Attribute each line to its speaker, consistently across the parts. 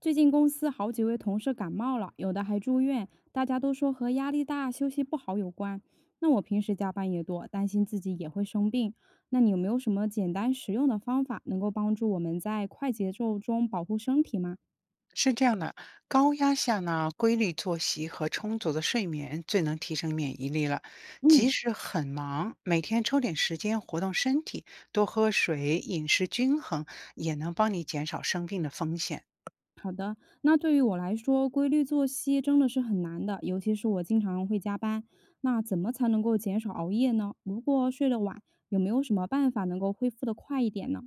Speaker 1: 最近公司好几位同事感冒了，有的还住院，大家都说和压力大、休息不好有关。那我平时加班也多，担心自己也会生病。那你有没有什么简单实用的方法，能够帮助我们在快节奏中保护身体吗？
Speaker 2: 是这样的，高压下呢，规律作息和充足的睡眠最能提升免疫力了。即
Speaker 1: 嗯，
Speaker 2: 使很忙，每天抽点时间活动身体，多喝水，饮食均衡，也能帮你减少生病的风险。
Speaker 1: 那对于我来说，规律作息真的是很难的，尤其是我经常会加班。那怎么才能够减少熬夜呢？如果睡得晚，有没有什么办法能够恢复得快一点呢？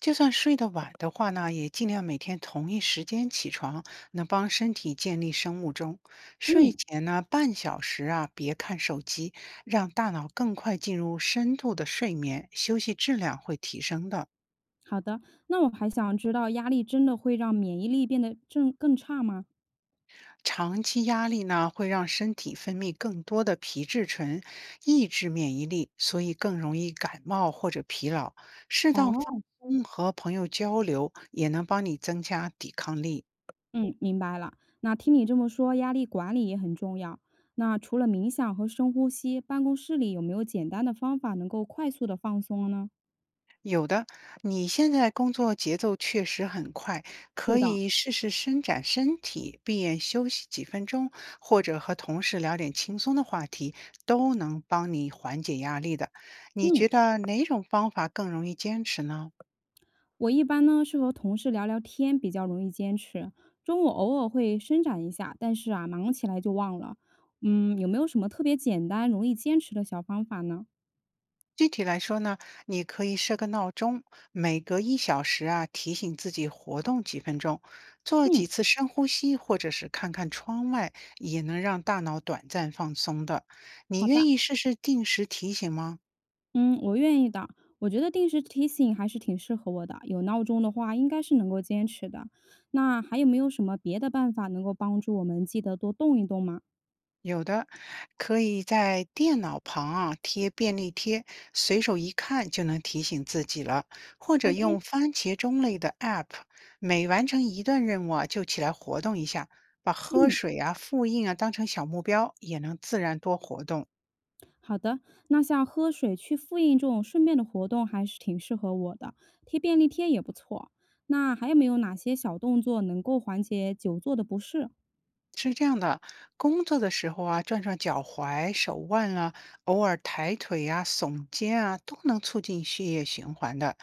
Speaker 2: 就算睡得晚的话呢，也尽量每天同一时间起床，能帮身体建立生物钟。睡
Speaker 1: 嗯。
Speaker 2: 前呢，半小时啊，别看手机，让大脑更快进入深度的睡眠，休息质量会提升的。
Speaker 1: 好的，那我还想知道，压力真的会让免疫力变得正更差吗？
Speaker 2: 长期压力呢，会让身体分泌更多的皮质醇，抑制免疫力，所以更容易感冒或者疲劳。适当放
Speaker 1: 哦，
Speaker 2: 松和朋友交流，也能帮你增加抵抗力。
Speaker 1: 嗯，明白了。那听你这么说，压力管理也很重要。那除了冥想和深呼吸，办公室里有没有简单的方法能够快速的放松呢？
Speaker 2: 有的，你现在工作节奏确实很快，
Speaker 1: 对
Speaker 2: 可
Speaker 1: 的，
Speaker 2: 以试试伸展身体，闭眼休息几分钟，或者和同事聊点轻松的话题，都能帮你缓解压力的。你
Speaker 1: 嗯，
Speaker 2: 觉得哪种方法更容易坚持呢？
Speaker 1: 我一般呢是和同事聊聊天，比较容易坚持。中午偶尔会伸展一下，但是啊，忙起来就忘了。嗯，有没有什么特别简单、容易坚持的小方法呢？
Speaker 2: 具体来说呢，你可以设个闹钟，每隔1小时啊提醒自己活动几分钟，做几
Speaker 1: 嗯，
Speaker 2: 次深呼吸，或者是看看窗外，也能让大脑短暂放松的。你
Speaker 1: 好的。
Speaker 2: 愿意试试定时提醒吗？
Speaker 1: 嗯，我愿意的。我觉得定时提醒还是挺适合我的，有闹钟的话应该是能够坚持的。那还有没有什么别的办法能够帮助我们记得多动一动吗
Speaker 2: 有的，可以在电脑旁啊贴便利贴，随手一看就能提醒自己了。或者
Speaker 1: ？OK，
Speaker 2: 用番茄钟类的 App，每完成一段任务啊就起来活动一下，把喝
Speaker 1: 嗯，
Speaker 2: 水啊、复印啊当成小目标，也能自然多活动。
Speaker 1: 好的。那像喝水、去复印这种顺便的活动还是挺适合我的，贴便利贴也不错。那还有没有哪些小动作能够缓解久坐的不适？
Speaker 2: 是这样的，工作的时候啊，转转脚踝、手腕啊，偶尔抬腿啊、耸肩啊，都能促进血液循环的。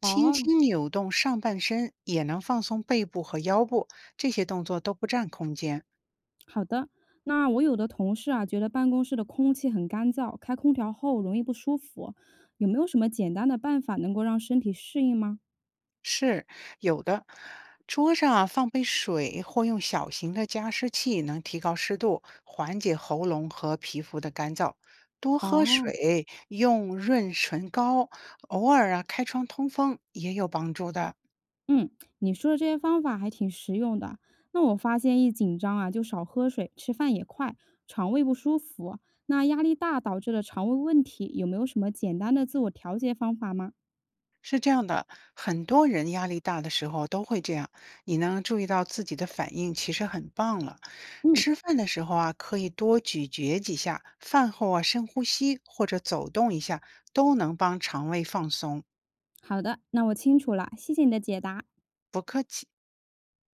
Speaker 2: 轻
Speaker 1: 哦，
Speaker 2: 轻扭动上半身也能放松背部和腰部，这些动作都不占空间。
Speaker 1: 好的，那我有的同事啊，觉得办公室的空气很干燥，开空调后容易不舒服，有没有什么简单的办法能够让身体适应吗？
Speaker 2: 是有的，桌上啊放杯水或用小型的加湿器，能提高湿度，缓解喉咙和皮肤的干燥。多喝
Speaker 1: 哦，
Speaker 2: 水，用润唇膏，偶尔啊开窗通风也有帮助的。
Speaker 1: 嗯，你说的这些方法还挺实用的。那我发现一紧张啊，就少喝水，吃饭也快，肠胃不舒服。那压力大导致的肠胃问题，有没有什么简单的自我调节方法吗？
Speaker 2: 是这样的，很多人压力大的时候都会这样。你能注意到自己的反应，其实很棒了。
Speaker 1: 嗯，
Speaker 2: 吃饭的时候啊，可以多咀嚼几下，饭后啊深呼吸或者走动一下，都能帮肠胃放松。
Speaker 1: 好的，那我清楚了，谢谢你的解答。
Speaker 2: 不客气。